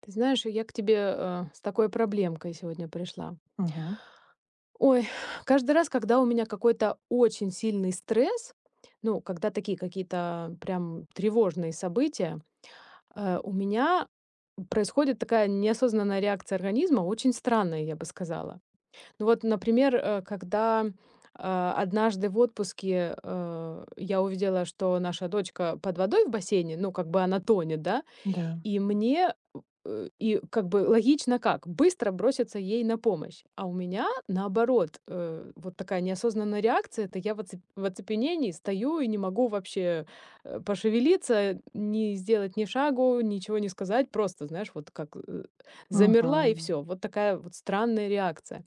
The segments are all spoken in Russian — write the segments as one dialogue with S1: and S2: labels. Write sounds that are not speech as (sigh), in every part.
S1: Ты знаешь, я к тебе с такой проблемкой сегодня пришла.
S2: Мгм.
S1: Ой, (sighs) каждый раз, когда у меня какой-то очень сильный стресс, ну, когда такие какие-то прям тревожные события, у меня происходит такая неосознанная реакция организма, очень странная, я бы сказала. Ну вот, например, однажды в отпуске я увидела, что наша дочка под водой в бассейне, ну, как бы она тонет, да,
S2: Да.
S1: и мне, и как бы логично как? Быстро броситься ей на помощь. А у меня наоборот, вот такая неосознанная реакция, это я в оцепенении стою и не могу вообще пошевелиться, не сделать ни шагу, ничего не сказать, просто, знаешь, вот как, замерла и
S2: Мгм.
S1: все. Вот такая вот странная реакция.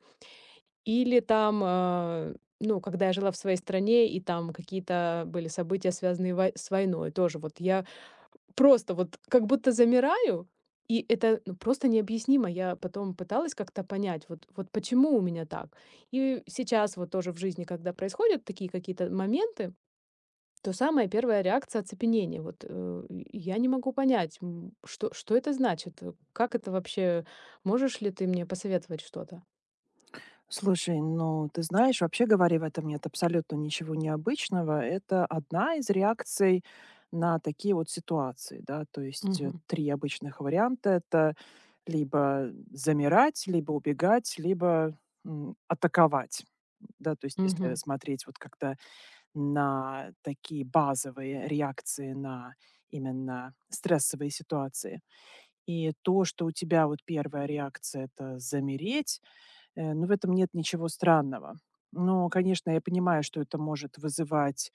S1: Или там, ну, когда я жила в своей стране, и там какие-то были события, связанные с войной, тоже вот я просто вот как будто замираю, и это, ну, просто необъяснимо. Я потом пыталась как-то понять, вот почему у меня так. И сейчас вот тоже в жизни, когда происходят такие какие-то моменты, то самая первая реакция оцепенение. Вот, и я не могу понять, что, это значит, как это вообще, можешь ли ты мне посоветовать что-то?
S2: Слушай, ну, ты знаешь, вообще говоря, в этом нет абсолютно ничего необычного. Это одна из реакций на такие вот ситуации, да. То есть,
S1: Мгм.
S2: 3 обычных варианта — это либо замирать, либо убегать, либо, атаковать. Да, то есть если
S1: Мгм.
S2: смотреть вот как-то на такие базовые реакции на именно стрессовые ситуации. И то, что у тебя вот первая реакция — это замереть, ну, в этом нет ничего странного. Но, конечно, я понимаю, что это может вызывать,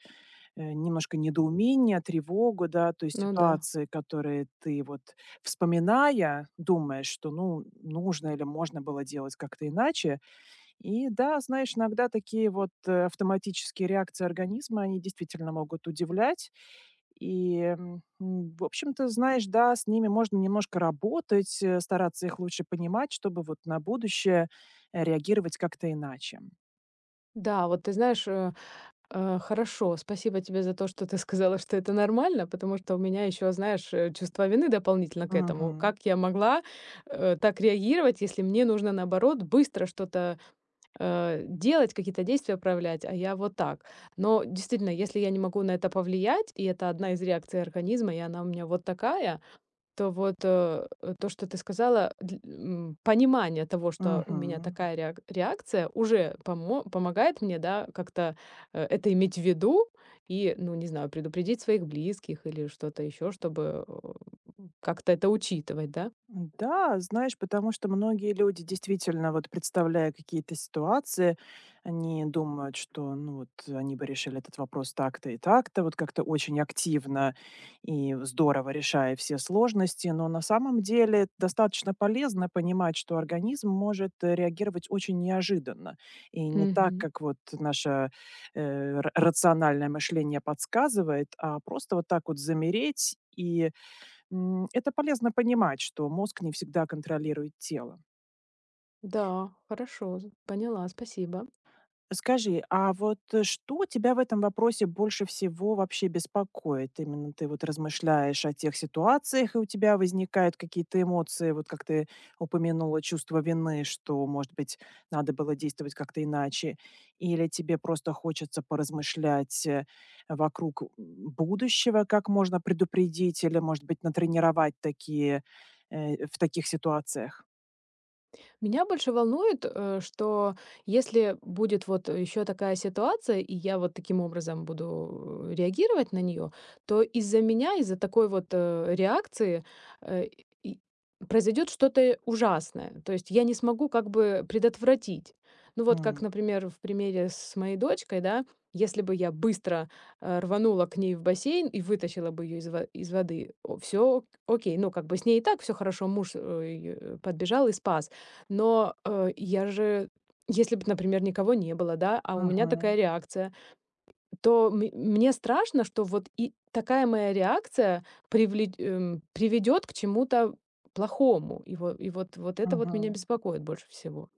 S2: немножко недоумение, тревогу, да, то есть
S1: Ну да.
S2: ситуации, которые ты вот, вспоминая, думаешь, что, ну, нужно или можно было делать как-то иначе. И да, знаешь, иногда такие вот, автоматические реакции организма, они действительно могут удивлять. И, в общем-то, знаешь, да, с ними можно немножко работать, стараться их лучше понимать, чтобы вот на будущее, реагировать как-то иначе.
S1: Да, вот ты знаешь, хорошо, спасибо тебе за то, что ты сказала, что это нормально, потому что у меня еще, знаешь, чувство вины дополнительно к этому.
S2: Мгм.
S1: Как я могла так реагировать, если мне нужно, наоборот, быстро что-то делать, какие-то действия проявлять, а я вот так. Но действительно, если я не могу на это повлиять, и это одна из реакций организма, и она у меня вот такая, то то, что ты сказала, понимание того, что у меня такая реакция, уже помогает мне, да, как-то, это иметь в виду и, ну, не знаю, предупредить своих близких или что-то еще, чтобы, как-то это учитывать, да?
S2: Да, знаешь, потому что многие люди действительно, вот представляя какие-то ситуации, они думают, что ну вот они бы решили этот вопрос так-то и так-то, вот как-то очень активно и здорово решая все сложности, но на самом деле достаточно полезно понимать, что организм может реагировать очень неожиданно и не так,
S1: Мгм.
S2: как вот наше рациональное мышление подсказывает, а просто вот так вот замереть и это полезно понимать, что мозг не всегда контролирует тело.
S1: Да, хорошо, з поняла, спасибо.
S2: Скажи, а вот что тебя в этом вопросе больше всего вообще беспокоит? Именно ты вот размышляешь о тех ситуациях, и у тебя возникают какие-то эмоции, вот как ты упомянула, чувство вины, что, может быть, надо было действовать как-то иначе, или тебе просто хочется поразмышлять вокруг будущего, как можно предупредить или, может быть, натренировать такие в таких ситуациях?
S1: Меня больше волнует, что если будет вот еще такая ситуация, и я вот таким образом буду реагировать на нее, то из-за меня, из-за такой вот реакции э, и- произойдет что-то ужасное. То есть я не смогу как бы предотвратить. Ну вот как, например, в примере с моей дочкой, да, если бы я быстро рванула к ней в бассейн и вытащила бы ее из воды, все окей, ну как бы с ней и так все хорошо, муж её подбежал и спас. Но, я же если бы, например, никого не было, да, а у меня
S2: Мгм,
S1: такая реакция, то мне страшно, что вот и такая моя реакция приведет к чему-то плохому. И вот это вот меня
S2: мгм.
S1: беспокоит больше всего.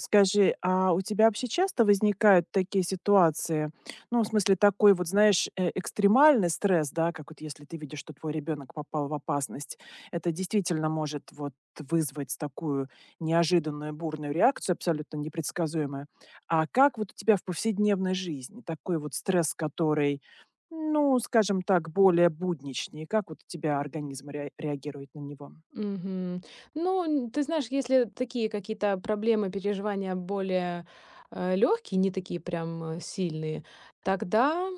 S2: Скажи, а у тебя вообще часто возникают такие ситуации? Ну, в смысле, такой вот, знаешь, экстремальный стресс, да, как вот если ты видишь, что твой ребенок попал в опасность, это действительно может вот вызвать такую неожиданную бурную реакцию, абсолютно непредсказуемую. А как вот у тебя в повседневной жизни такой вот стресс, который, ну, скажем так, более будничный, как вот у тебя организм реагирует на него?
S1: Мгм. Ну, н ты знаешь, если такие какие-то проблемы, переживания более, легкие, не такие прям, сильные, тогда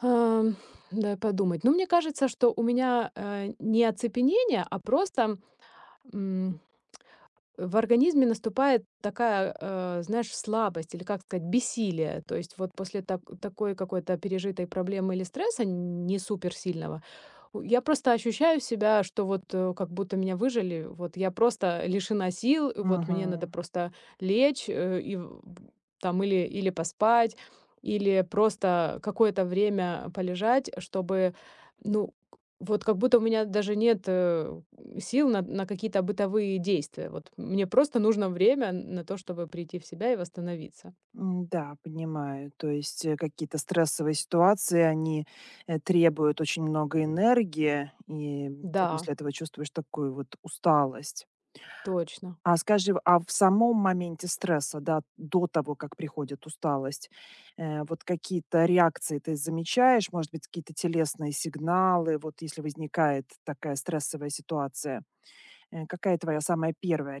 S1: Ам, дай подумать. Ну, мне кажется, что у меня, не оцепенение, а просто, м, в организме наступает такая, знаешь, слабость или, как сказать, бессилие. То есть вот после такой какой-то пережитой проблемы или стресса не супер сильного я просто ощущаю себя, что вот, как будто меня выжили. Вот я просто лишена сил, и вот мне надо просто лечь, э, и в там или или поспать, или просто какое-то время полежать, чтобы, ну, вот как будто у меня даже нет, сил на какие-то бытовые действия. Вот мне просто нужно время на то, чтобы прийти в себя и восстановиться.
S2: М, да, понимаю. То есть какие-то стрессовые ситуации, они требуют очень много энергии, и
S1: Да,
S2: ты после этого чувствуешь такую вот усталость.
S1: точно.
S2: А скажи, а в самом моменте стресса, да, до того, как приходит усталость, вот какие-то реакции ты замечаешь, может быть, какие-то телесные сигналы, вот если возникает такая стрессовая ситуация, какая твоя самая первая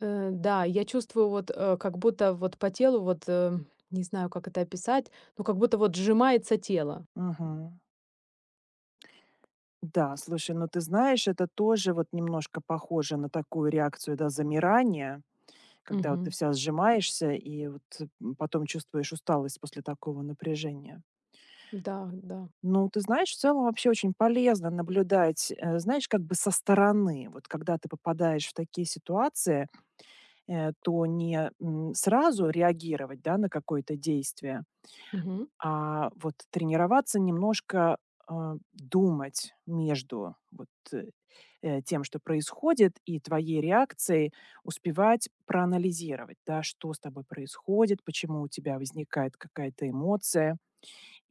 S1: Да, я чувствую вот, как будто вот по телу вот, не знаю, как это описать, но как будто вот сжимается тело.
S2: реакция? Да, слушай, ну ты знаешь, это тоже вот немножко похоже на такую реакцию, да, замирания, когда вот ты
S1: Мгм.
S2: вся сжимаешься и вот потом чувствуешь усталость после такого напряжения.
S1: Да, да.
S2: Ну, ты знаешь, в целом вообще очень полезно наблюдать, знаешь, как бы со стороны. Вот когда ты попадаешь в такие ситуации, то не сразу реагировать, да, на какое-то действие,
S1: Мгм.
S2: а вот тренироваться немножко, а думать между вот, тем, что происходит, и твоей реакцией, успевать проанализировать, да, что с тобой происходит, почему у тебя возникает какая-то эмоция.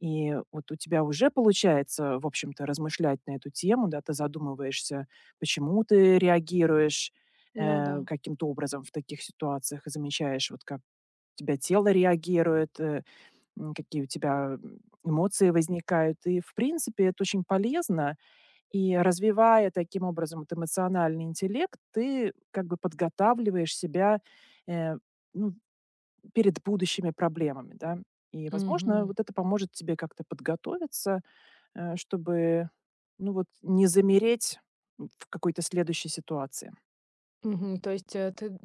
S2: И вот у тебя уже получается, в общем-то, размышлять на эту тему, да, ты задумываешься, почему ты реагируешь,
S1: Ну да.
S2: каким-то образом в таких ситуациях и замечаешь, вот как тебя тело реагирует, какие у тебя, эмоции возникают. И, в принципе, это очень полезно. И развивая таким образом вот эмоциональный интеллект, ты как бы подготавливаешь себя, э, ну, перед будущими проблемами, да. И, возможно,
S1: Мгм.
S2: вот это поможет тебе как-то подготовиться, чтобы, ну, вот не замереть в какой-то следующей ситуации.
S1: Мгм. То есть,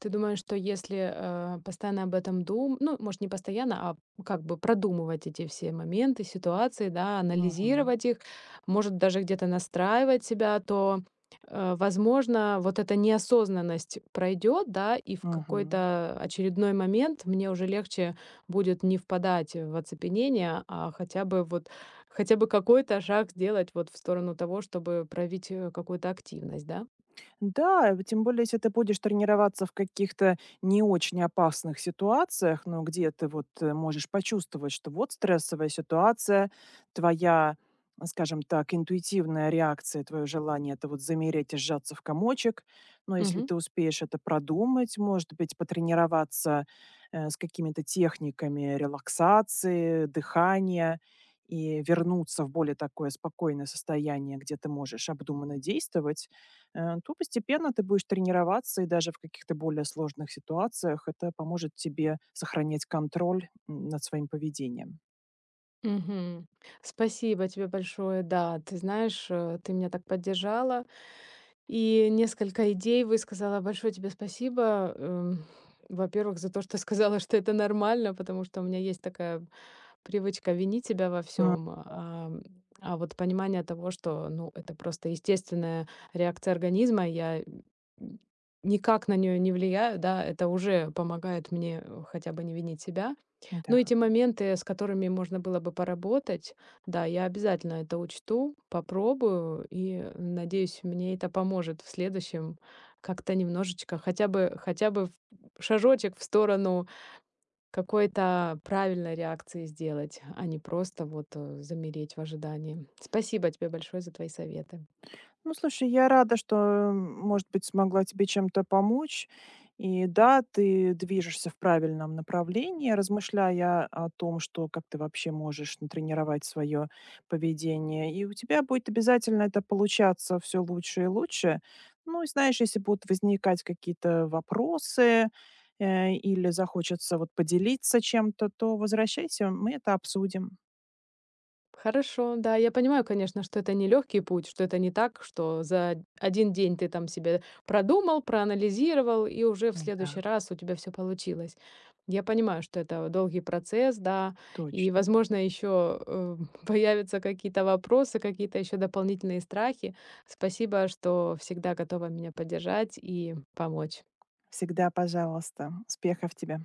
S1: ты думаешь, что если, постоянно об этом дум ну, может, не постоянно, а как бы продумывать эти все моменты, ситуации, да,
S2: Мгм.
S1: анализировать их, может, даже где-то настраивать себя, то, возможно, вот эта неосознанность пройдет, да, и в
S2: Мгм.
S1: какой-то очередной момент мне уже легче будет не впадать в оцепенение, а хотя бы какой-то шаг сделать вот в сторону того, чтобы проявить, какую-то активность, да?
S2: Да, и тем более, если ты будешь тренироваться в каких-то не очень опасных ситуациях, но где ты вот можешь почувствовать, что вот стрессовая ситуация, твоя, скажем так, интуитивная реакция, твое желание это вот замереть и сжаться в комочек. Но если
S1: Мгм.
S2: ты успеешь это продумать, может быть, потренироваться с какими-то техниками релаксации, дыхания и вернуться в более такое спокойное состояние, где ты можешь обдуманно действовать, то постепенно ты будешь тренироваться, и даже в каких-то более сложных ситуациях это поможет тебе сохранять контроль над своим поведением.
S1: Мгм. Спасибо тебе большое. Да, ты знаешь, ты меня так поддержала и несколько идей высказала. Большое тебе спасибо. Во-первых, за то, что (laughs) сказала, что это нормально, потому что у меня есть такая привычка винить себя во
S2: М,
S1: всем, а вот понимание того, что, ну, это просто естественная реакция организма, я м, никак на нее не влияю, да, это уже помогает мне хотя бы не винить себя. Ну,
S2: да.
S1: эти моменты, с которыми можно было бы поработать, да, я обязательно это учту, попробую и, надеюсь, мне это поможет в следующем как-то немножечко, хотя бы в шажочек в сторону какой-то правильной реакции сделать, а не просто вот, замереть в ожидании. Спасибо тебе большое за твои советы.
S2: Ну, слушай, я рада, что, может быть, смогла тебе чем-то помочь. И да, ты движешься в правильном направлении, размышляя о том, что как ты вообще можешь натренировать свое поведение. И у тебя будет обязательно это получаться все лучше и лучше. Ну, и знаешь, если будут возникать какие-то вопросы или захочется вот поделиться чем-то, то возвращайся, мы это обсудим.
S1: Хорошо, да, я понимаю, конечно, что это не легкий путь, что это не так, что за один день ты там себе продумал, проанализировал, и уже в
S2: Да,
S1: следующий раз у тебя все получилось. Я понимаю, что это долгий процесс, да, и,
S2: точно.
S1: возможно, еще (laughs) появятся какие-то вопросы, какие-то еще дополнительные страхи. Спасибо, что всегда готова меня поддержать и помочь.
S2: Всегда, пожалуйста. Успехов тебе.